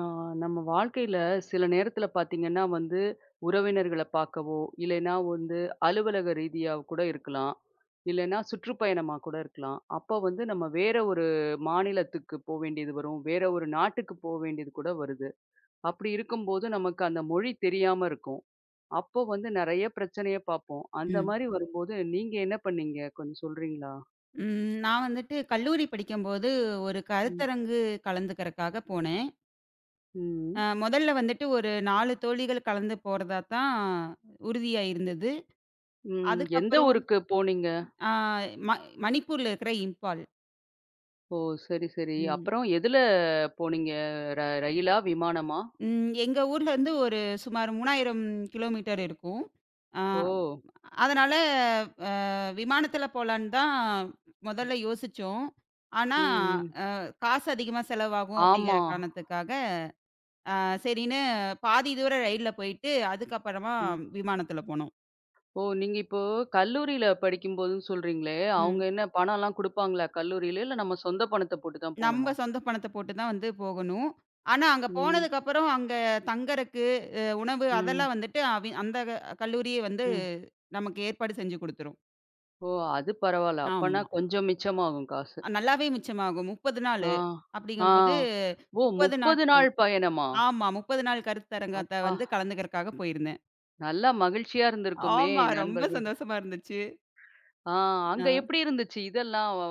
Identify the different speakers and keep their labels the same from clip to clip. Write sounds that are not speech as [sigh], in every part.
Speaker 1: ஆ, நம்ம வாழ்க்கையில சில நேரத்துல பாத்தீங்கன்னா வந்து உறவினர்களை பார்க்கவோ இல்லைன்னா வந்து அலுவலக ரீதியா கூட இருக்கலாம் இல்லைன்னா சுற்றுப்பயணமா கூட இருக்கலாம் அப்ப வந்து நம்ம வேற ஒரு மாநிலத்துக்கு போக வேண்டியது வரும் வேற ஒரு நாட்டுக்கு போக வேண்டியது கூட வருது. அப்படி இருக்கும்போது நமக்கு அந்த மொழி தெரியாம இருக்கும். அப்போ வந்து நிறைய பிரச்சனையை பார்ப்போம். அந்த
Speaker 2: ம்.
Speaker 1: மாதிரி வரும்போது நீங்க என்ன பண்ணீங்க கொஞ்சம் சொல்றீங்களா?
Speaker 2: ம். நான் வந்துட்டு கல்லூரி படிக்கும்போது ஒரு
Speaker 1: ம்.
Speaker 2: கருத்தரங்கு கலந்துக்கிறக்காக போனேன்.
Speaker 1: ம்.
Speaker 2: முதல்ல வந்துட்டு ஒரு 4 தோழிகள் கலந்து போறதா தான் உறுதியா இருந்தது.
Speaker 1: ம், எந்த
Speaker 2: அதுக்கப்புறம்
Speaker 1: ஊருக்கு போனீங்க?
Speaker 2: அ ம மணிப்பூர்ல இருக்கிற இம்பால்.
Speaker 1: ஓ! சரி, சரி.
Speaker 2: ம்.
Speaker 1: அப்புறம் எதுல போனீங்க? ரயிலா? விமானமா?
Speaker 2: ம். எங்க ஊர்லருந்து ஒரு சுமார் 3,000 கிலோமீட்டர் இருக்கும். அ
Speaker 1: ஓ!
Speaker 2: அதனால அ விமானத்தில போலான்னு தான் முதல்ல யோசிச்சோம். ஆனா,
Speaker 1: ம், ம்.
Speaker 2: அ காசு அதிகமா செலவாகும்
Speaker 1: ஆமா.
Speaker 2: அப்படிங்கிற காரணத்துக்காக சரின்னு பாதி தூரம் ரயில்ல போயிட்டு, அதுக்கப்புறமா
Speaker 1: ம்.
Speaker 2: விமானத்துல போனோம்.
Speaker 1: ஓ! நீங்க இப்போ கல்லூரியில படிக்கும்போதுன்னு சொல்றீங்களே, அவங்க
Speaker 2: ம்.
Speaker 1: என்ன பணம்லாம் குடுப்பாங்களா கல்லூரியில? இல்ல நம்ம சொந்த பணத்த போட்டு தான்
Speaker 2: நம்ம
Speaker 1: போணுமா?
Speaker 2: சொந்த பணத்த போட்டு தான் வந்து போகணும். ஆனா, அங்க
Speaker 1: ம்,
Speaker 2: போனதுக்கப்புறம் அங்க தங்கறக்கு, உணவு
Speaker 1: ம்,
Speaker 2: அதெல்லாம் வந்துட்டு அவி அந்த க கல்லூரியே வந்து
Speaker 1: ம்.
Speaker 2: நமக்கு ஏற்பாடு செஞ்சு குடுத்துரும்.
Speaker 1: ஓ! அது பரவால்ல. அப்பன்னா
Speaker 2: ஆமா.
Speaker 1: கொஞ்சம் மிச்சமாகும் காசு.
Speaker 2: நல்லாவே மிச்சமாகும். 30
Speaker 1: ஆ,
Speaker 2: நாளு.
Speaker 1: ஆ.
Speaker 2: அப்படிங்கும்போது
Speaker 1: ஓ!
Speaker 2: 30 நாட்
Speaker 1: 30 நாள் பயணமா?
Speaker 2: ஆமா. 30 நாள் கருத்தரங்கத்த
Speaker 1: அப்பா!
Speaker 2: வந்து கலந்துக்கிறக்காக போயிருந்தேன்.
Speaker 1: நல்லா மகிழ்ச்சியா இருந்திருக்குமே.
Speaker 2: ஆமா. ரொம்ப
Speaker 1: நண்பர்கள்
Speaker 2: சந்தோஷமா இருந்துச்சு.
Speaker 1: ஆ, அங்க
Speaker 2: அ.
Speaker 1: எப்படி இருந்துச்சு? இதெல்லாம் அ,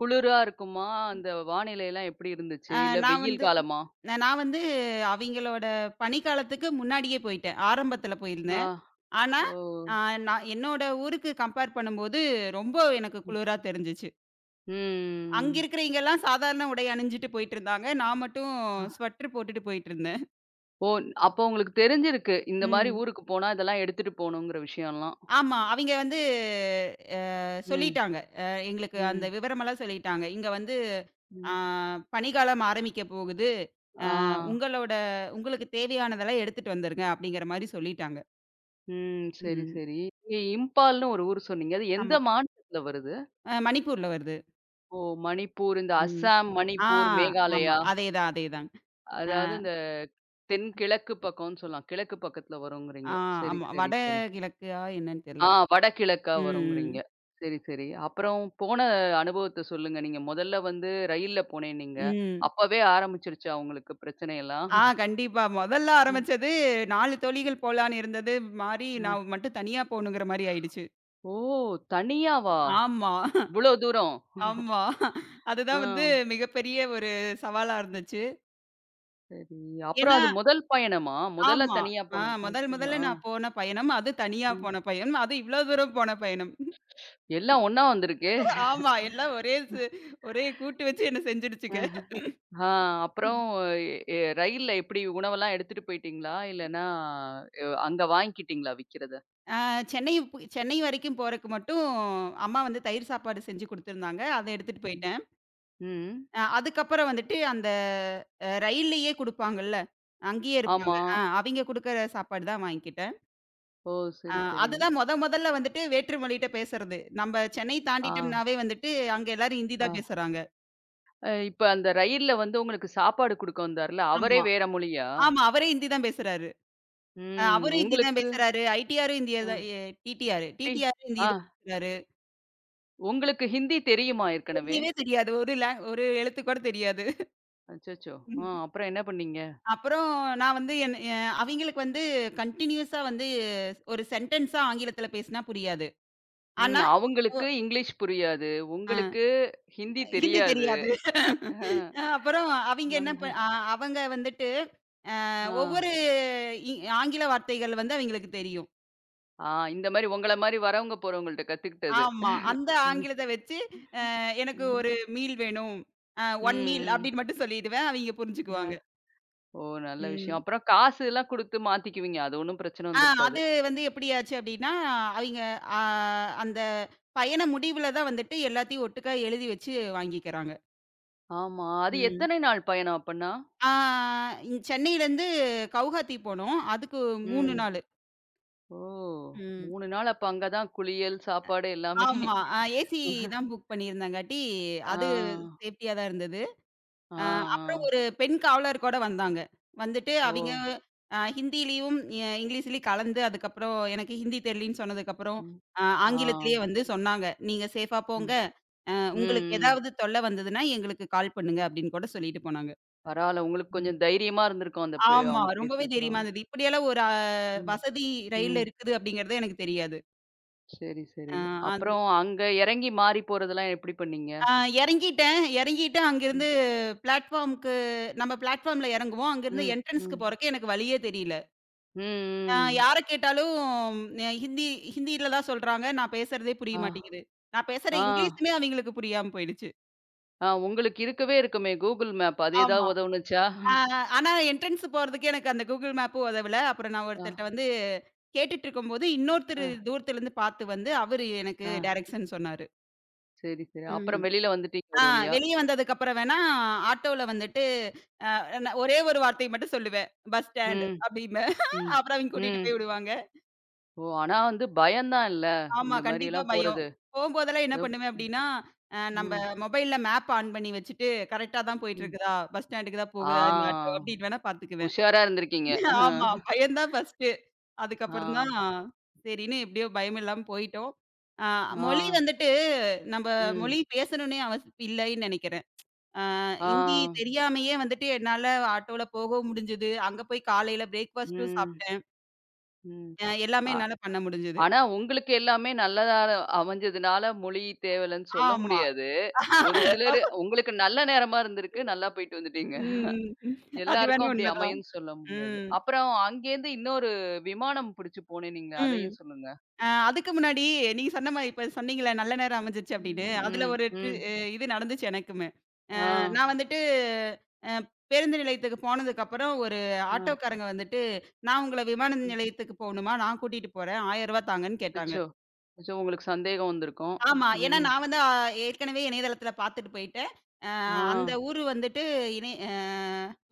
Speaker 1: குளிரா இருக்குமா? அந்த வானிலை எல்லாம் எப்படி இருந்துச்சு?
Speaker 2: ஆ
Speaker 1: இல்ல
Speaker 2: நான்
Speaker 1: வெயில்
Speaker 2: வந்து
Speaker 1: காலமா?
Speaker 2: ந- நான் வந்து அவிங்களோட பணிக்காலத்துக்கு முன்னாடியே போயிட்டேன். ஆரம்பத்தில
Speaker 1: ஆ.
Speaker 2: போயிருந்தேன். ஆனா,
Speaker 1: ஓ!
Speaker 2: ஆ நான் என்னோட ஊருக்கு கம்பேர் பண்ணும்போது ரொம்ப எனக்கு
Speaker 1: ம்.
Speaker 2: குளிரா தெரிஞ்சுச்சு. அங்க
Speaker 1: ம்.
Speaker 2: இருக்கிறவைங்கலாம் சாதாரண உடை அணிஞ்சுட்டு போயிட்டுருந்தாங்க. நான் மட்டும் ஸ்வெட்டர் போட்டுட்டு போயிட்டுருந்தேன்.
Speaker 1: ஓ! அப்போ உங்களுக்கு தெரிஞ்சிருக்கு. இந்த மாரி
Speaker 2: ம்.
Speaker 1: ஊருக்கு போனா இதெல்லாம் எடுத்துட்டு போணுங்கிற விஷயம்லாம்.
Speaker 2: ஆமா. அவிங்க வந்து அ
Speaker 1: ம்.
Speaker 2: சொல்லிட்டாங்க. அ எங்களுக்கு அந்த
Speaker 1: ம்.
Speaker 2: விவரமெல்லாம் சொல்லிட்டாங்க. இங்க வந்து ஆ
Speaker 1: ம்.
Speaker 2: பனிக்காலம் ஆரம்பிக்க போகுது.
Speaker 1: ஆ.
Speaker 2: அ உங்களோட உங்களுக்கு தேவையானதெல்லாம் எடுத்துட்டு வந்துருங்க, அப்படிங்கிற மாரி சொல்லிட்டாங்க.
Speaker 1: ம். சரி,
Speaker 2: ம்.
Speaker 1: சரி. இம்பால்ன்னு ஒரு ஊர் சொன்னீங்க. அது எந்த
Speaker 2: ஆமா.
Speaker 1: மாநிலத்துல வருது?
Speaker 2: மணிப்பூர்ல வருது.
Speaker 1: ஓ! மணிப்பூர், இந்த
Speaker 2: ம்.
Speaker 1: அஸ்ஸாம்,
Speaker 2: ஆ
Speaker 1: மணிப்பூர்,
Speaker 2: ஆமா.
Speaker 1: மேகாலயா,
Speaker 2: அதேதான், அதேதாங்க. அ
Speaker 1: அதாவது இந்த தென்கிழக்கு பக்கம்னு சொல்லலாம். கிழக்கு பக்கத்துல
Speaker 2: ஆ
Speaker 1: வருங்கிறீங்க. சரி,
Speaker 2: ஆமா.
Speaker 1: சரி, சரி.
Speaker 2: வடகிழக்கா என்னன்னு
Speaker 1: ஆ,
Speaker 2: தெரியல.
Speaker 1: வடகிழக்கா
Speaker 2: ம், ம்.
Speaker 1: வருங்கிறீங்க. சரி, சரி. அப்புறம் போன அனுபவத்த சொல்லுங்க. நீங்க முதல்ல வந்து ரயில்ல போனேன்னீங்க.
Speaker 2: ம்.
Speaker 1: அப்பவே ஆரம்பிச்சுருச்சா உங்களுக்கு பிரச்சனையெல்லாம்?
Speaker 2: கண்டிப்பா. மொதல்ல
Speaker 1: ம்.
Speaker 2: ஆரம்பிச்சது 4 தோழிகள் போலான்னு இருந்தது மாறி,
Speaker 1: அ.
Speaker 2: நான் மட்டும் தனியா போணுங்கிற மாரி ஆயிடுச்சு.
Speaker 1: ஓ! தனியாவா?
Speaker 2: ஆமா,
Speaker 1: இவ்ளோ தூரம்?
Speaker 2: ஆமா.
Speaker 1: ஆ.
Speaker 2: அதுதான் வந்து மிகப்பெரிய ஒரு சவாலா இருந்துச்சு.
Speaker 1: சரி. அப்புறம்
Speaker 2: ஏன்னா
Speaker 1: அது முதல் பயணமா? முதல்ல
Speaker 2: ஆமா.
Speaker 1: தனியா
Speaker 2: ஆ
Speaker 1: போணும்.
Speaker 2: முதல்
Speaker 1: அச்சச்சோ!
Speaker 2: முதல்ல
Speaker 1: ஆ.
Speaker 2: நான் போன பயணம். அது தனியா
Speaker 1: ம்.
Speaker 2: போன பயணம். அதுவும் இவ்வளோ தூரம் போன பயணம்.
Speaker 1: எல்லாம் ஒண்ணா வந்திருக்கே!
Speaker 2: ஆமா. எல்லாம் ஒரே கூட்டு வச்சு என்ன
Speaker 1: அ.
Speaker 2: செஞ்சுடுச்சுங்க.
Speaker 1: ஆ, அப்புறம் எ, ரயில்ல எப்படி உணவெல்லாம் எடுத்துட்டு போயிட்டீங்களா? இல்லன்னா அ, அங்க வாங்கிக்கிட்டீங்களா விக்கிறத?
Speaker 2: அ சென்னை பு சென்னை வரைக்கும் போறக்கு மட்டும் அம்மா வந்து தயிர் சாப்பாடு செஞ்சு குடுத்துருந்தாங்க. அத எடுத்துட்டு
Speaker 1: ம்.
Speaker 2: போயிட்டேன்.
Speaker 1: ம்.
Speaker 2: அதுக்கப்புறம் வந்துட்டு அந்த ரயில்லயே குடுப்பாங்கல்ல. அங்கேயே இருப்பாங்க.
Speaker 1: ஆமா.
Speaker 2: அவிங்க குடுக்குற சாப்பாடு தான் வாங்கிக்கிட்டேன்.
Speaker 1: ஓ!
Speaker 2: அ
Speaker 1: சரி, சரி.
Speaker 2: அதுதான் மொதல்ல வந்துட்டு வேற்று மொழிட்ட பேசுறது. நம்ம சென்னை
Speaker 1: ஆ,
Speaker 2: தாண்டிட்டோம்னாவே வந்துட்டு அங்க எல்லாரும் ஹிந்தி
Speaker 1: ஆ.
Speaker 2: தான் பேசுறாங்க.
Speaker 1: அ, இப்ப அந்த ரயில்ல வந்து உங்களுக்கு சாப்பாடு குடுக்க வந்தார்ல, அவரே
Speaker 2: ஆமா.
Speaker 1: வேற மொழியா?
Speaker 2: ஆமா. அவரே ஹிந்தி தான் பேசுறாரு.
Speaker 1: ம்.
Speaker 2: அவரும் ஹிந்தி தான்
Speaker 1: உங்களுக்கு
Speaker 2: பேசுறாரு. ஐடிஆரும் ஹிந்திய
Speaker 1: அ,
Speaker 2: தான் எ டிடிஆர்
Speaker 1: டி,
Speaker 2: டிடிஆரும் ஹிந்தி
Speaker 1: ஆ,
Speaker 2: தான் பேசுறாரு.
Speaker 1: உங்களுக்கு ஹிந்தி தெரியுமா ஏற்கனவே?
Speaker 2: தெரியவே தெரியாது. ஒரு எழுத்து கூட தெரியாது.
Speaker 1: அச்சச்சோ! ஆ, அப்புறம் என்ன பண்ணீங்க?
Speaker 2: அப்புறம் நான் வந்து என் எ அவிங்களுக்கு வந்து கன்டினியூஸா வந்து ஒரு சென்டென்ஸா ஆங்கிலத்தில பேசினா புரியாது.
Speaker 1: ம்,
Speaker 2: ஆனா, ஒ
Speaker 1: அவங்களுக்கு இங்கிலீஷ் புரியாது.
Speaker 2: அ
Speaker 1: உங்களுக்கு ஹிந்தி
Speaker 2: ஹிந்தி
Speaker 1: தெரியாது.
Speaker 2: தெரியாது.
Speaker 1: ஆ,
Speaker 2: அப்புறம் அவிங்க என்ன
Speaker 1: ஆ,
Speaker 2: ப அ அவங்க வந்துட்டு அ
Speaker 1: ஆ.
Speaker 2: ஒவ்வொரு இ ஆங்கில வார்த்தைகள் வந்து அவிங்களுக்கு தெரியும்.
Speaker 1: ஆ, இந்த மாரி உங்கள மாரி வரவங்க போறவங்கள்ட்ட கத்துக்கிட்டது.
Speaker 2: ஆமா. அந்த
Speaker 1: ம், ம்.
Speaker 2: ஆங்கிலத்த வச்சு எனக்கு
Speaker 1: ம்.
Speaker 2: ஒரு மீல் வேணும். அ 1 மீல்
Speaker 1: ம்.
Speaker 2: அப்டின்னு மட்டும் சொல்லிடுவேன். அவிங்க
Speaker 1: ஆ.
Speaker 2: புரிஞ்சுக்குவாங்க.
Speaker 1: ஓ! நல்ல விஷயம்.
Speaker 2: ம்.
Speaker 1: அப்புறம் காசுலாம் குடுத்து மாத்திக்குவீங்க. அது ஒண்ணும் பிரச்சனை வந்திருக்காது.
Speaker 2: அது வந்து எப்படியாச்சு அப்படின்னா, அவிங்க ஆ அந்த பயண முடிவுல தான் வந்துட்டு எல்லாத்தையும் ஒட்டுக்கா எழுதி வச்சு வாங்கிக்கிறாங்க.
Speaker 1: ஆமா. அது
Speaker 2: ம்.
Speaker 1: எத்தனை நாள் பயணம் அப்பன்னா?
Speaker 2: ஆ சென்னையிலேருந்து கவுஹாத்தி போனோம். அதுக்கு 3
Speaker 1: ம்.
Speaker 2: நாளு.
Speaker 1: ஓ!
Speaker 2: ம்.
Speaker 1: 3 நாள் அப்ப அங்க தான் குளியல், சாப்பாடு எல்லாமே.
Speaker 2: ஆமா. ஏசி
Speaker 1: [laughs]
Speaker 2: தான் புக் பண்ணியிருந்தங்காட்டி,
Speaker 1: ஆ,
Speaker 2: அது சேஃப்டியா தான் இருந்தது.
Speaker 1: ஆ,
Speaker 2: அ அப்புறம்
Speaker 1: ஆ.
Speaker 2: ஒரு பெண் காவலர் கூட வந்தாங்க. வந்துட்டு
Speaker 1: ஓ!
Speaker 2: அவிங்க ஹிந்திலயும், இங்கிலீஷ்லயும் கலந்து அதுக்கப்புறம் எனக்கு ஹிந்தி தெரியலன்னு சொன்னதுக்கப்புறம்,
Speaker 1: ம்.
Speaker 2: அ
Speaker 1: ஆ.
Speaker 2: ஆங்கிலத்திலேயே வந்து சொன்னாங்க. "நீங்க சேஃபா போங்க.
Speaker 1: ம்.
Speaker 2: அ
Speaker 1: ம்,
Speaker 2: உங்களுக்கு
Speaker 1: ம்.
Speaker 2: ஏதாவது தொல்ல வந்ததுன்னா எங்களுக்கு கால் பண்ணுங்க" அப்படின்னு கூட சொல்லிட்டு போனாங்க.
Speaker 1: பரவால்ல. உங்களுக்கு
Speaker 2: ம்.
Speaker 1: கொஞ்சம் தைரியமா இருந்திருக்கும் அந்த பே,
Speaker 2: ஆமா.
Speaker 1: அவங்க
Speaker 2: ரொம்பவே
Speaker 1: பேசினப்புறம்.
Speaker 2: தைரியமா இருந்தது. இப்படியெல்லாம் ஒரு
Speaker 1: ம்.
Speaker 2: வசதி ரயில்ல
Speaker 1: ம்.
Speaker 2: இருக்குது அப்படிங்கிறதே எனக்கு தெரியாது.
Speaker 1: சரி, சரி.
Speaker 2: அ அது
Speaker 1: அப்புறம் அங்க இறங்கி மாறி போறதெல்லாம் எப்படி பண்ணீங்க?
Speaker 2: அ இறங்கிட்டேன். இறங்கிட்டு
Speaker 1: ம்.
Speaker 2: அங்கிருந்து பிளாட்ஃபார்ம்க்கு நம்ம பிளாட்ஃபார்ம்ல இறங்குவோம். அங்கிருந்து
Speaker 1: ம்.
Speaker 2: என்ட்ரன்ஸ்க்கு
Speaker 1: ம்.
Speaker 2: போறக்கு எனக்கு வழியே தெரியல.
Speaker 1: ம், ம்.
Speaker 2: யார கேட்டாலும் அ ஹிந்தி ஹிந்தியில தான் சொல்றாங்க. நான் பேசுறதே புரிய
Speaker 1: ஆ,
Speaker 2: மாட்டேங்குது. நான் பேசுற
Speaker 1: ஆ,
Speaker 2: இங்கிலீஷுமே அவங்களுக்கு புரியாம போயிடுச்சு.
Speaker 1: ஆ. உங்களுக்கு இருக்கவே இருக்குமே Google மேப். அது
Speaker 2: ஆமா.
Speaker 1: ஏதாவது உதவுனுச்சா?
Speaker 2: ஆ ஆனா என்ட்ரன்ஸ் போறதுக்கு எனக்கு அந்த கூகுள் மேப்பும் உதவல. அப்புறம் நான் ஒருத்தர்ட்ட
Speaker 1: ஆ,
Speaker 2: வந்து கேட்டுட்டு இருக்கும்போது,
Speaker 1: ஆ.
Speaker 2: இன்னொருத்தரு தூரத்துலருந்து பார்த்து வந்து அவரு எனக்கு
Speaker 1: ஆ.
Speaker 2: டைரக்ஷன் சொன்னாரு.
Speaker 1: சரி, சரி.
Speaker 2: ம்.
Speaker 1: அப்புறம் வெளில வந்துட்டீங்க
Speaker 2: ஆ
Speaker 1: ஒரு வழியா.
Speaker 2: வெளிய வந்ததுக்கு அப்புறம் வேணா ஆட்டோல வந்துட்டு அ நான் ஒரே ஒரு வார்த்தை மட்டும் சொல்லுவேன். பஸ் ஸ்டாண்ட்
Speaker 1: ம்,
Speaker 2: அப்டிம்பேன்.
Speaker 1: ம்,
Speaker 2: அப்புறம் அவங்க கூட்டிட்டு
Speaker 1: ம்.
Speaker 2: போய் விடுவாங்க.
Speaker 1: ஓ! ஆனா வந்து பயம் தான் இல்ல.
Speaker 2: ஆமா.
Speaker 1: இந்த
Speaker 2: கண்டிப்பா
Speaker 1: மாரியெல்லாம்
Speaker 2: பயம்.
Speaker 1: போறது.
Speaker 2: போம்போதெல்லாம் என்ன
Speaker 1: எப்
Speaker 2: பண்ணுவேன் அப்டின்னா, நம்ப
Speaker 1: ம்,
Speaker 2: மொபைல்ல மேப் ஆன் பண்ணி வச்சுட்டு, கரெக்ட்டா தான்
Speaker 1: ம்.
Speaker 2: போயிட்டுருக்குதா? பஸ் ஸ்டாண்டுக்கு தான் போகுதா இந்த ஆட்டோ?
Speaker 1: ஆ.
Speaker 2: அப்டின்னு வேணா பார்த்துக்குவேன்.
Speaker 1: உஷாரா இருந்திருக்கீங்க.
Speaker 2: [laughs] ஆமா.
Speaker 1: அ.
Speaker 2: பயம் தான் ஃபர்ஸ்ட்டு.
Speaker 1: ஆ,
Speaker 2: அதுக்கப்புறம் தான் சரின்னு எப்டியோ பயம் இல்லாம போயிட்டோம். அ
Speaker 1: ஆ,
Speaker 2: மொழி வந்துட்டு நம்ப மொழி
Speaker 1: ம்,
Speaker 2: பேசணும்னே அவசியம் இல்லைன்னு நெனைக்கிறேன். அ
Speaker 1: ஆ,
Speaker 2: ஹிந்தி தெரியாமயே வந்துட்டு என்னால ஆட்டோல போகவும் முடிஞ்சது. அங்க போய் காலையில பிரேக்ஃபாஸ்ட்டும்
Speaker 1: ம்,
Speaker 2: சாப்ட்டேன்.
Speaker 1: ம்.
Speaker 2: எல்லாமே
Speaker 1: அ,
Speaker 2: என்னால பண்ண முடிஞ்சது.
Speaker 1: ஆனா உங்களுக்கு எல்லாமே நல்லதா அமைஞ்சதுனால மொழி தேவலன்னு சொல்ல
Speaker 2: ஆமா.
Speaker 1: முடியாது. ஒரு சிலரு
Speaker 2: [laughs]
Speaker 1: உங்களுக்கு நல்ல நேரமா இருந்திருக்கு. நல்லா போயிட்டு வந்துட்டீங்க.
Speaker 2: ம், ம். அது
Speaker 1: எல்லாருக்கும்
Speaker 2: வேணா
Speaker 1: அப்படி
Speaker 2: உண்மதான்.
Speaker 1: அமையும்ன்னு சொல்ல முடியாது.
Speaker 2: ம்,
Speaker 1: அப்புறம் அங்கேருந்து இன்னொரு விமானம் பிடிச்சு போனேன்னீங்களே,
Speaker 2: ம்.
Speaker 1: அதையும் சொல்லுங்க.
Speaker 2: அதுக்கு முன்னாடி நீங்க சொன்ன மாரி இப்ப சொன்னீங்கல்ல, நல்ல நேரம் அமைஞ்சிருச்சு அப்படின்னு. அதுல
Speaker 1: ம்,
Speaker 2: ஒரு ட்ரு
Speaker 1: ம்.
Speaker 2: அ இது நடந்துச்சு எனக்குமே.
Speaker 1: ஆ,
Speaker 2: நான் வந்துட்டு அ பேருந்து நிலையத்துக்கு போனதுக்கப்புறம் ஒரு
Speaker 1: ஆ,
Speaker 2: ஆட்டோக்காரங்க வந்துட்டு, "நான் உங்கள விமான
Speaker 1: ஆ.
Speaker 2: நிலையத்துக்கு போகணுமா? நான் கூட்டிட்டு போறேன். ரூ. 1000 தாங்கன்னு" கேட்டாங்க.
Speaker 1: அச்சச்சோ! அச்சோ! உங்களுக்கு சந்தேகம் வந்திருக்கும்.
Speaker 2: ஆமா. ஏன்னா
Speaker 1: ம்.
Speaker 2: நான் வந்து அ ஏற்கனவே இணையதளத்துல பார்த்துட்டு போயிட்டேன். அ அந்த
Speaker 1: ஆ,
Speaker 2: ஊரு வந்துட்டு இணை அ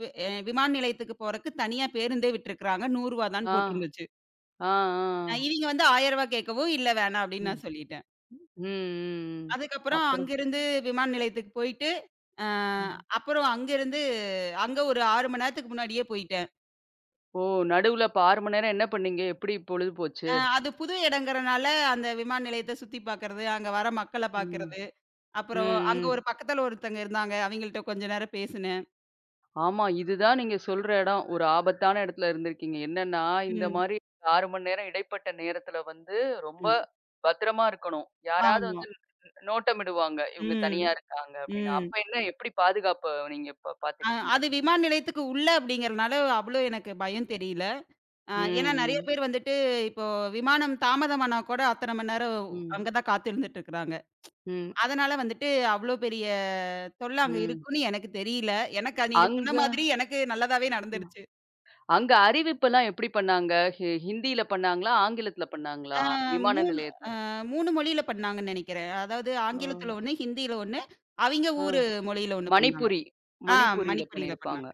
Speaker 2: வி அ விமான நிலையத்துக்கு போறக்கு தனியா பேருந்தே விட்டுருக்காங்க. ரூ. 100 தான்னு
Speaker 1: ஆ,
Speaker 2: போட்டிருந்துச்சு.
Speaker 1: ஆ, ஆ.
Speaker 2: இவிங்க வந்து ரூ. 1000 கேட்கவும், "இல்ல வேணாம்" அப்படின்னு
Speaker 1: ம்,
Speaker 2: நான் சொல்லிட்டேன்.
Speaker 1: ம், ம். ம்.
Speaker 2: அதுக்கப்புறம்
Speaker 1: அப்புறம்
Speaker 2: அங்கிருந்து விமான நிலையத்துக்கு போயிட்டு, அ
Speaker 1: ம்.
Speaker 2: அப்புறம் அங்கிருந்து அங்க ஒரு 6 மணி நேரத்துக்கு முன்னாடியே போயிட்டேன்.
Speaker 1: ஓ! நடுவுல அப்ப 6 மணி நேரம் என்ன பண்ணீங்க? எப்படி பொழுது போச்சு?
Speaker 2: அது புது இடங்கிறனால அந்த விமான நிலையத்த சுத்தி பார்க்கறது, அங்க வர மக்கள
Speaker 1: ம்,
Speaker 2: பார்க்கறது,
Speaker 1: ம்,
Speaker 2: அப்புறம் அங்க ஒரு
Speaker 1: ம்.
Speaker 2: பக்கத்துல ஒருத்தங்க இருந்தாங்க. அவிங்கள்ட்ட கொஞ்ச நேரம் பேசினேன்.
Speaker 1: ஆமா. இதுதான் நீங்க சொல்ற இடம். ஒரு ஆபத்தான இடத்துல இருந்திருக்கீங்க. என்னன்னா, இந்த
Speaker 2: ம்,
Speaker 1: மாரி 6 மணி நேரம் இடைப்பட்ட நேரத்துல வந்து ரொம்ப
Speaker 2: ம்.
Speaker 1: பத்திரமா இருக்கணும். யாராவது
Speaker 2: ஆமா.
Speaker 1: வந்து நோட்டமிடுவாங்க. இவங்க தனியா
Speaker 2: ம்,
Speaker 1: ம். இருக்காங்க அப்படின்னு. அப்ப
Speaker 2: ம்.
Speaker 1: என்ன எப்படி பாதுகாப்ப நீங்க ப பாத்துக்கிட்டீங்க?
Speaker 2: அது விமான நிலையத்துக்கு உள்ள அப்படிங்கிறனால அவ்வளோ எனக்கு பயம் தெரியல. ஏன்னா நெறைய
Speaker 1: ம்,
Speaker 2: பேர் வந்துட்டு, இப்போ விமானம் தாமதமானா கூட அத்தன மணி நேரம்
Speaker 1: ம், ம்,
Speaker 2: அங்க தான் காத்திருந்துட்டு இருக்கிறாங்க.
Speaker 1: ம்,
Speaker 2: அதனால வந்துட்டு அவ்ளோ பெரிய தொல்ல அங்க
Speaker 1: ம்.
Speaker 2: இருக்குன்னு எனக்கு தெரியல. எனக்கு அது நீங்க சொன்ன
Speaker 1: அங்க
Speaker 2: மாதிரி எனக்கு நல்லதாவே
Speaker 1: ம்.
Speaker 2: நடந்துருச்சு.
Speaker 1: அங்க அறிவிப்பெல்லாம் எப்படி பண்ணாங்க? ஹிந்தியில பண்ணாங்களா? ஆங்கிலத்துல
Speaker 2: ஆ
Speaker 1: பண்ணாங்களா? விமான
Speaker 2: 3 அ
Speaker 1: நிலையத்துல?
Speaker 2: 3 மொழியில பண்ணாங்கன்னு நெனைக்கிறேன். அதாவது
Speaker 1: ஓ!
Speaker 2: ஆங்கிலத்துல 1, ஹிந்தியில 1, அவிங்க
Speaker 1: ஆ.
Speaker 2: ஊரு மொழியில 1 பண்ணாங்க.
Speaker 1: மணிப்புரி
Speaker 2: ஆ
Speaker 1: மணிப்புரியில
Speaker 2: மணிப்புரியில
Speaker 1: பண்ணியிருப்பாங்க.
Speaker 2: பண்ணாங்க.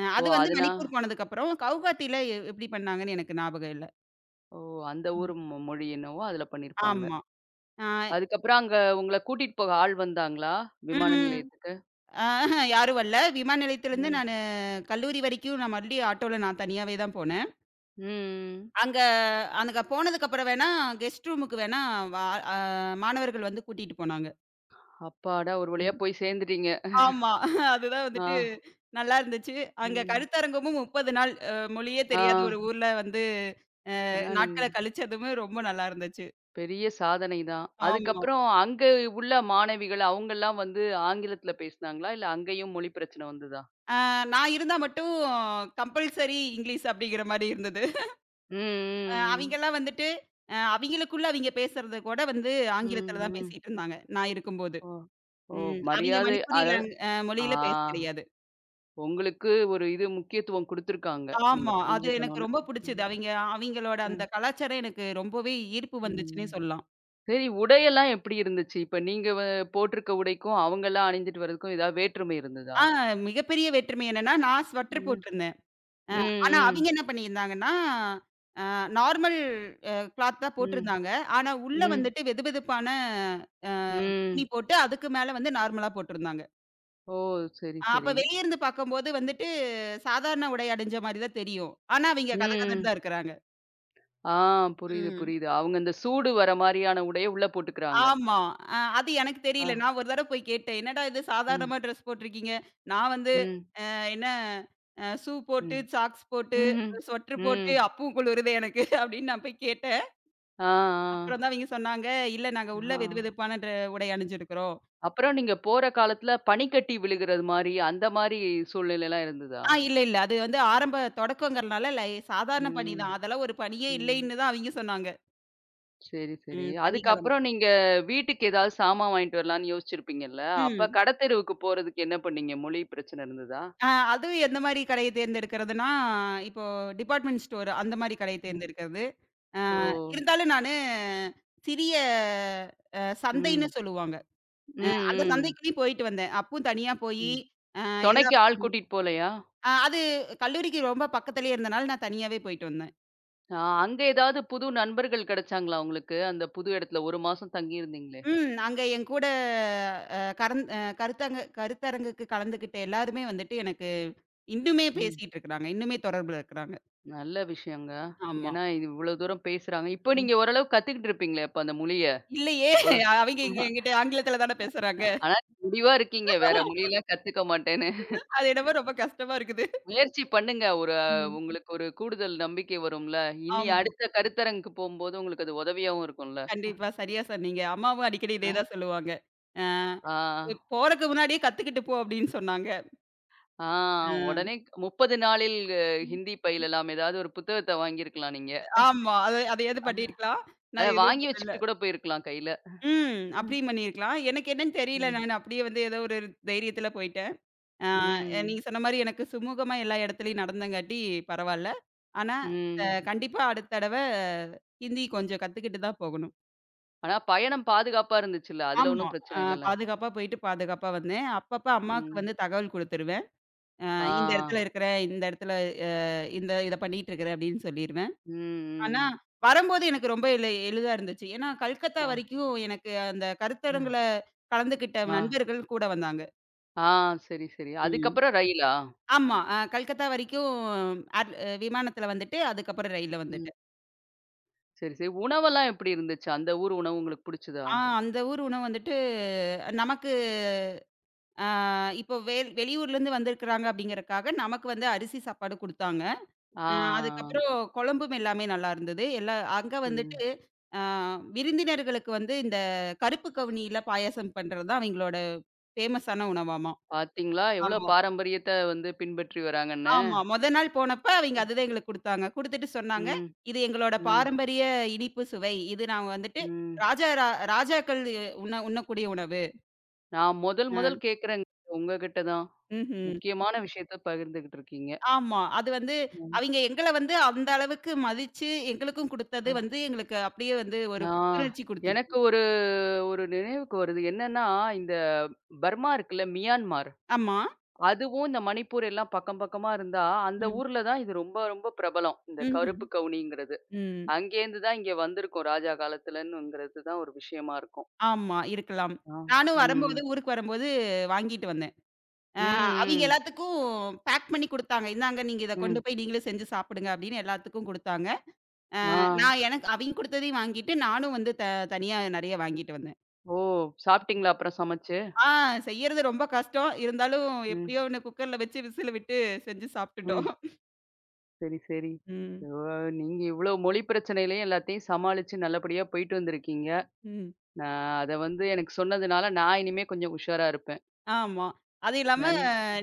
Speaker 1: ஓ!
Speaker 2: அது வந்து
Speaker 1: அதுனா,
Speaker 2: மணிப்பூர் போனதுக்கப்புறம் கவுகாத்தில எப்படி பண்ணாங்கன்னு எனக்கு ஞாபகம் இல்ல.
Speaker 1: ஓ! அந்த ஊர் மொழி என்னவோ அதுல பண்ணியிருப்பாங்க.
Speaker 2: ஆமா. ஆ
Speaker 1: அதுக்கப்புறம் அங்க உங்கள கூட்டிட்டு போக ஆள் வந்தாங்களா? விமான
Speaker 2: ம்.
Speaker 1: நிலையத்துக்கு?
Speaker 2: ஆஹ யாரும் வரல. விமான நிலையத்திலருந்து
Speaker 1: ம்.
Speaker 2: கல்லூரி வரைக்கும் நான் மறுபடியும் ஆட்டோல நான் தனியாவே தான் போனேன்.
Speaker 1: ம்.
Speaker 2: அங்க அங்க போனதுக்கப்புறம் வேணா கெஸ்ட் ரூமுக்கு வேணா வா அ மாணவர்கள் வந்து கூட்டிட்டு போனாங்க.
Speaker 1: அப்பாடா! ஒரு வழியா
Speaker 2: ம்.
Speaker 1: போய் சேர்ந்துட்டீங்க.
Speaker 2: ஆமா. [laughs] அதுதான்
Speaker 1: ஆ.
Speaker 2: வந்துட்டு நல்லா இருந்துச்சு. அங்க
Speaker 1: ம்.
Speaker 2: கருத்தரங்கமும் 30 நாள் மொழியே
Speaker 1: ஆ.
Speaker 2: தெரியாத ஒரு ஊர்ல வந்து
Speaker 1: ஆனா நீங்க
Speaker 2: நாட்கள கழிச்சதுமே ரொம்ப நல்லா இருந்துச்சு.
Speaker 1: பெரிய சாதனை தான்.
Speaker 2: ஆமா.
Speaker 1: அதுக்கப்புறம் அங்க உள்ள மாணவிகள் அவங்கலாம் வந்து ஆங்கிலத்துல பேசினாங்களா? இல்ல அங்கேயும் மொழி பிரச்சனை வந்ததா?
Speaker 2: நான் இருந்தா மட்டும் கம்பல்சரி இங்கிலீஷ் அப்படிங்கிற மாரி இருந்தது.
Speaker 1: ம், ம்,
Speaker 2: அவிங்கலாம் வந்துட்டு, அவிங்களுக்குள்ள அவிங்க பேசுறது கூட வந்து
Speaker 1: ம்.
Speaker 2: ஆங்கிலத்தில
Speaker 1: ம்,
Speaker 2: தான்
Speaker 1: ம்.
Speaker 2: பேசிட்டு இருந்தாங்க. நான் இருக்கும்போது.
Speaker 1: ஓ! ஓ!
Speaker 2: ம். அவிங்க
Speaker 1: மரியாதை
Speaker 2: மணிப்புரி
Speaker 1: அதாவது,
Speaker 2: லாங் அ
Speaker 1: ஆ,
Speaker 2: மொழியில பேச கிடையாது.
Speaker 1: உங்களுக்கு ஒரு இது முக்கியத்துவம் குடுத்துருக்காங்க. நீங்க
Speaker 2: ஆமா. அது எனக்கு
Speaker 1: புரிஞ்சுக்கணும்னு.
Speaker 2: ரொம்ப புடிச்சது. அவிங்க அவிங்களோட அந்த
Speaker 1: ம்.
Speaker 2: கலாச்சாரம் எனக்கு ரொம்பவே ஈர்ப்பு வந்துச்சுன்னே
Speaker 1: ம்.
Speaker 2: சொல்லலாம்.
Speaker 1: சரி உடையெல்லாம் எப்படி இருந்துச்சு? இப்ப நீங்க போட்டிருக்க உடைக்கும், அவங்கலாம் அணிந்துட்டு வர்றதுக்கும் ஏதாவது வேற்றுமை இருந்ததா?
Speaker 2: ஆ மிகப்பெரிய வேற்றுமை என்னன்னா, நான் ஸ்வெட்டர்
Speaker 1: ம்.
Speaker 2: போட்டிருந்தேன். அ
Speaker 1: ம்,
Speaker 2: ஆனா
Speaker 1: ம்.
Speaker 2: அவிங்க என்ன பண்ணியிருந்தாங்கன்னா, அ நார்மல் அ கிளாத் தான்
Speaker 1: ம்,
Speaker 2: போட்டிருந்தாங்க. ஆனா உள்ள
Speaker 1: ம்,
Speaker 2: வந்துட்டு வெதுவெதுப்பான அ துணி
Speaker 1: ம்.
Speaker 2: போட்டு, அதுக்கு மேல வந்து நார்மலா போட்டிருந்தாங்க.
Speaker 1: ஓ! சரி,
Speaker 2: ஆ, அப்ப
Speaker 1: சரி.
Speaker 2: வெளிய இருந்து பார்க்கும்போது வந்துட்டு, சாதாரண உடை அணிஞ்ச மாரி தான் தெரியும். ஆனா அவிங்க கதகதன்னு
Speaker 1: ம்.
Speaker 2: தான் இருக்கிறாங்க.
Speaker 1: ஆ, புரியுது,
Speaker 2: ம்.
Speaker 1: புரியுது. அவங்க இந்த சூடு வர மாரியான உடைய உள்ள போட்டுக்கிறாங்க.
Speaker 2: ஆமா. அது எனக்கு
Speaker 1: ஆ.
Speaker 2: தெரியல. நான் ஒரு தடவ போய் கேட்டேன். "என்னடா இது ம்.
Speaker 1: ம்,
Speaker 2: சாதாரணமா ட்ரெஸ் போட்டிருக்கீங்க. நான் வந்து
Speaker 1: ம்,
Speaker 2: அ என்ன அ ஷூ போட்டு,
Speaker 1: ம்.
Speaker 2: சாக்ஸ் போட்டு,
Speaker 1: ம்ஹ்ம்.
Speaker 2: ஸ்வெட்டர் போட்டு
Speaker 1: ம்.
Speaker 2: அப்பவும் குளிருதே எனக்கு" [laughs] அப்படின்னு நான் போய் கேட்டேன்.
Speaker 1: ஆ,
Speaker 2: அப்புறம் தான் அவிங்க சொன்னாங்க, "இல்ல நாங்க
Speaker 1: ஆ,
Speaker 2: உள்ள
Speaker 1: ஆ.
Speaker 2: வெதுவெதுப்பான உடை அணிஞ்சிருக்கிறோம்."
Speaker 1: அப்புறம் நீங்க போற காலத்துல பனிக்கட்டி விழுகிறது மாரி, அந்த மாரி சூழ்நிலைலாம் இருந்ததா?
Speaker 2: இல்ல, இல்ல. அது வந்து ஆரம்ப தொடக்கங்கிறனால சாதாரண பனி தான்.
Speaker 1: ம்,
Speaker 2: அதெல்லாம் ஒரு பனியே
Speaker 1: ம்.
Speaker 2: இல்லைன்னு தான் அவிங்க சொன்னாங்க.
Speaker 1: சரி, சரி.
Speaker 2: ம் பனிக்காலம்.
Speaker 1: அதுக்கப்புறம் நீங்க வீட்டுக்கு ஏதாவது சாமான் வாங்கிட்டு வரலான்னு யோசிச்சிருப்பீங்கல்ல? அப்ப
Speaker 2: ம்.
Speaker 1: கடை தெருவுக்கு போறதுக்கு என்ன பண்ணீங்க? மொழி பிரச்சனை இருந்ததா?
Speaker 2: ஆ அதுவும் எந்த மாரி கடைய தேர்ந்தெடுக்கிறதுனா, இப்போ டிபார்ட்மெண்ட் ஸ்டோர் அந்த மாரி கடைய
Speaker 1: ம்.
Speaker 2: தேர்ந்தெடுக்கிறது.
Speaker 1: ஓ!
Speaker 2: இருந்தாலும் சிறிய சந்தைன்னு
Speaker 1: ம்.
Speaker 2: சொல்லுவாங்க. அந்த
Speaker 1: ம்,
Speaker 2: சந்தைக்குள்ளயும் போயிட்டு வந்தேன். அப்பவும் தனியா
Speaker 1: ம்,
Speaker 2: போயி,
Speaker 1: ம்.
Speaker 2: அ எல்லா
Speaker 1: துணைக்கு ஆள் கூட்டிட்டு போலையா?
Speaker 2: அ அது கல்லூரிக்கு ரொம்ப பக்கத்திலேயே இருந்தனால நான் தனியாவே போயிட்டு வந்தேன்.
Speaker 1: ஆ, அங்க ஏதாவது புது நண்பர்கள் கிடைச்சாங்களா உங்களுக்கு? அந்த புது இடத்துல 1 மாசம் தங்கியிருந்தீங்களே!
Speaker 2: ம். அங்க என் கூட அ கரந் அ கருத்தங்க கருத்தரங்குக்கு கலந்துக்கிட்ட எல்லாருமே வந்துட்டு எனக்கு இன்னுமே
Speaker 1: ம்.
Speaker 2: பேசிட்டு இருக்கிறாங்க. இன்னுமே தொடர்புல இருக்கிறாங்க.
Speaker 1: நல்ல விஷயங்க.
Speaker 2: ஆமா.
Speaker 1: ஏன்னா இவ்வளோ தூரம் பேசுறாங்க. இப்போ
Speaker 2: ம்.
Speaker 1: நீங்க ஓரளவு கத்துக்கிட்டு இருப்பீங்களே அப்ப அந்த மொழிய?
Speaker 2: இல்லையே!
Speaker 1: இவ்வளோ,
Speaker 2: அவைங்க எங்க என்கிட்ட ஆங்கிலத்தில தானே பேசுறாங்க.
Speaker 1: ஆனா முடிவா இருக்கீங்க. வேற மொழியெல்லாம் கத்துக்க மாட்டேன்னு.
Speaker 2: அது என்னமோ ரொம்ப கஷ்டமா இருக்குது.
Speaker 1: முயற்சி பண்ணுங்க. ஒரு,
Speaker 2: ம்.
Speaker 1: உங்களுக்கு ஒரு கூடுதல் நம்பிக்கை வரும்ல. இனி
Speaker 2: ஆமா.
Speaker 1: அடுத்த கருத்தரங்குக்கு போம்போது உங்களுக்கு அது உதவியாவும் இருக்கும்ல.
Speaker 2: கண்டிப்பா. சரியா சொன்னீங்க. அம்மாவும் அடிக்கடி
Speaker 1: ஆ,
Speaker 2: இதே தான் சொல்லுவாங்க. அ
Speaker 1: ஆ,
Speaker 2: போறக்கு முன்னாடியே கத்துக்கிட்டு போ அப்படின்னு சொன்னாங்க.
Speaker 1: ஆ,
Speaker 2: அ.
Speaker 1: உடனே 30 நாளில்
Speaker 2: ம்.
Speaker 1: ஹிந்தி பயிலலாம். ஏதாவது ஒரு புத்தகத்த வாங்கியிருக்கலாம் நீங்க.
Speaker 2: ஆமா. அது எது பண்ணியிருக்கலாம்.
Speaker 1: அத
Speaker 2: நான் எதுவும்
Speaker 1: வாங்கி
Speaker 2: பண்ணல.
Speaker 1: வச்சுக்கிட்டு கூட போயிருக்கலாம் கையில.
Speaker 2: ம்.
Speaker 1: ம்,
Speaker 2: அப்படியும் பண்ணியிருக்கலாம். எனக்கு என்னன்னு தெரியல.
Speaker 1: ம்,
Speaker 2: நான் அப்படியே வந்து ஏதோ ஒரு தைரியத்துல போயிட்டேன். அ
Speaker 1: ம்,
Speaker 2: நீங்க சொன்ன மாரி எனக்கு சுமூகமா எல்லா இடத்துலயும் நடந்தங்காட்டி பரவால்ல. ஆனா
Speaker 1: ம்.
Speaker 2: கண்டிப்பா அடுத்த தடவ ஹிந்தி கொஞ்சம் கத்துக்கிட்டு தான் போகணும்.
Speaker 1: ஆனா பயணம் பாதுகாப்பா இருந்துச்சுல்ல. அதுல
Speaker 2: ஆமா.
Speaker 1: ஒண்ணும்
Speaker 2: அ
Speaker 1: பிரச்சனை இல்லல்ல.
Speaker 2: பாதுகாப்பா போயிட்டு பாதுகாப்பா வந்தேன். அப்பப்ப அம்மாவுக்கு
Speaker 1: ம்.
Speaker 2: வந்து தகவல் குடுத்துருவேன். அ இந்த இடத்துல
Speaker 1: ஆ.
Speaker 2: இருக்கிறேன், இந்த இடத்துல அ இந்த இத பண்ணிட்டு இருக்கிறேன் அப்படின்னு சொல்லிருவேன்.
Speaker 1: ம்,
Speaker 2: ஆனா,
Speaker 1: ம்.
Speaker 2: வரும்போது எனக்கு ரொம்ப எளிதா இருந்துச்சு. ஏன்னா, கல்கத்தா
Speaker 1: ஆ,
Speaker 2: வரைக்கும் எனக்கு அந்த
Speaker 1: ஆ,
Speaker 2: கருத்தரங்குல கலந்துக்கிட்ட
Speaker 1: ஆ,
Speaker 2: நண்பர்கள் கூட வந்தாங்க.
Speaker 1: ஆ. சரி, சரி.
Speaker 2: ம்.
Speaker 1: அதுக்கப்புறம் ரயிலா?
Speaker 2: ஆமா. கல்கத்தா வரைக்கும் ஏர் விமானத்துல வந்துட்டு, அதுக்கப்புறம் ரயில்ல
Speaker 1: ம்.
Speaker 2: வந்துட்டேன்.
Speaker 1: சரி, சரி. உணவெல்லாம் எப்படி இருந்துச்சு? அந்த ஊர் உணவு உங்களுக்கு புடிச்சதா?
Speaker 2: ஆ அந்த ஊர் உணவு வந்துட்டு நமக்கு இப்போ வெளியூர்லேருந்து வந்திருக்கிறாங்க அப்படிங்கிறதுக்காக, நமக்கு வந்து அரிசி சாப்பாடு குடுத்தாங்க.
Speaker 1: ஆ.
Speaker 2: அதுக்கப்புறம் குழம்பும் எல்லாமே நல்லா இருந்தது. அங்க வந்துட்டு
Speaker 1: ம்.
Speaker 2: அ விருந்தினர்களுக்கு வந்து இந்த கருப்பு கவுனியில பாயாசம் பண்றது தான் அவங்களோட ஃபேமஸான உணவாமா.
Speaker 1: பாத்தீங்களா? எவ்ளோ
Speaker 2: ஆமா,
Speaker 1: பாரம்பரியத்த வந்து பின்பற்றி வராங்கன்னு.
Speaker 2: ஆமா. மொத நாள் போனப்ப அவைங்க அதுதான் எங்களுக்கு குடுத்தாங்க. குடுத்துட்டு சொன்னாங்க,
Speaker 1: ம்.
Speaker 2: "இது எங்களோட
Speaker 1: ம்.
Speaker 2: பாரம்பரிய இனிப்பு சுவை. இது நாங்க வந்துட்டு
Speaker 1: ம்.
Speaker 2: ராஜா ரா ராஜாக்கள் உண்ணக்கூடிய உணவு."
Speaker 1: நான் முதல் முதல்
Speaker 2: அ
Speaker 1: கேட்கிறேங்க உங்ககிட்ட தான்.
Speaker 2: ம்ஹ்ம்.
Speaker 1: முக்கியமான விஷயத்த பகிர்ந்துகிட்டு இருக்கீங்க.
Speaker 2: ஆமா. அது வந்து
Speaker 1: ம்.
Speaker 2: அவைங்க எங்கள வந்து அந்த அளவுக்கு மதிச்சு எங்களுக்கும் குடுத்தது வந்து எங்களுக்கு அப்படியே வந்து ஒரு
Speaker 1: ஆ.
Speaker 2: புத்துணர்ச்சி குடுத்துச்சு.
Speaker 1: எனக்கு ஒரு ஒரு நினைவுக்கு வருது. என்னன்னா, இந்த பர்மா இருக்குல்ல, மியான்மார்.
Speaker 2: ஆமா.
Speaker 1: அதுவும் இந்த மணிப்பூர் எல்லாம் பக்கம் பக்கமா இருந்தா, அந்த
Speaker 2: ம்.
Speaker 1: ஊர்ல தான் இது ரொம்ப ரொம்ப பிரபலம். இந்த
Speaker 2: ம்ஹ்ம்.
Speaker 1: கருப்பு கவுனிங்கிறது.
Speaker 2: ம்.
Speaker 1: அங்கேருந்து தான் இங்க வந்திருக்கோம். ராஜா காலத்துலன்னுங்கிறது தான் ஒரு விஷயமா இருக்கும்.
Speaker 2: ஆமா, இருக்கலாம்.
Speaker 1: ஆ.
Speaker 2: நானும்
Speaker 1: ம்.
Speaker 2: வரும்போது, ஊருக்கு வரும்போது வாங்கிட்டு வந்தேன். அ
Speaker 1: ம்,
Speaker 2: அவிங்க
Speaker 1: ம்,
Speaker 2: எல்லாத்துக்கும் பேக் பண்ணி குடுத்தாங்க. "இந்தாங்க நீங்க இத கொண்டு
Speaker 1: ம்.
Speaker 2: போய் நீங்களே செஞ்சு சாப்பிடுங்க" அப்படின்னு எல்லாத்துக்கும் குடுத்தாங்க. அ
Speaker 1: ஆ.
Speaker 2: நான் எனக்கு அவிங்க குடுத்ததையும் வாங்கிட்டு, நானும் வந்து தனியா நெறைய வாங்கிட்டு வந்தேன்.
Speaker 1: ஓ! சாப்பிட்டீங்களா அப்புறம் சமைச்சு?
Speaker 2: ஆ செய்யறது ரொம்ப கஷ்டம். இருந்தாலும்
Speaker 1: ம்,
Speaker 2: எப்படியோ ஒண்ணு குக்கர்ல வச்சு விசில் விட்டு செஞ்சு சாப்பிட்டுட்டோம்.
Speaker 1: ம். சரி, சரி.
Speaker 2: ம்.
Speaker 1: ஓ! நீங்க இவ்ளோ மொழி பிரச்சனையிலயும் எல்லாத்தையும் சமாளிச்சு நல்லபடியா போயிட்டு வந்திருக்கீங்க.
Speaker 2: ம்.
Speaker 1: நான் அத வந்து எனக்கு சொன்னதுனால நான் இனிமே கொஞ்சம் உஷாரா இருப்பேன்.
Speaker 2: ஆமா. அது இல்லாம
Speaker 1: நன்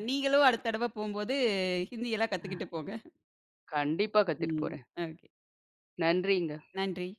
Speaker 2: நீங்களும் அடுத்த தடவ போம்போது ஹிந்தியெல்லாம் கத்துக்கிட்டு போங்க.
Speaker 1: கண்டிப்பா கத்துட்டு
Speaker 2: ம்.
Speaker 1: போறேன்.
Speaker 2: ஓகே.
Speaker 1: நன்றிங்க.
Speaker 2: நன்றி.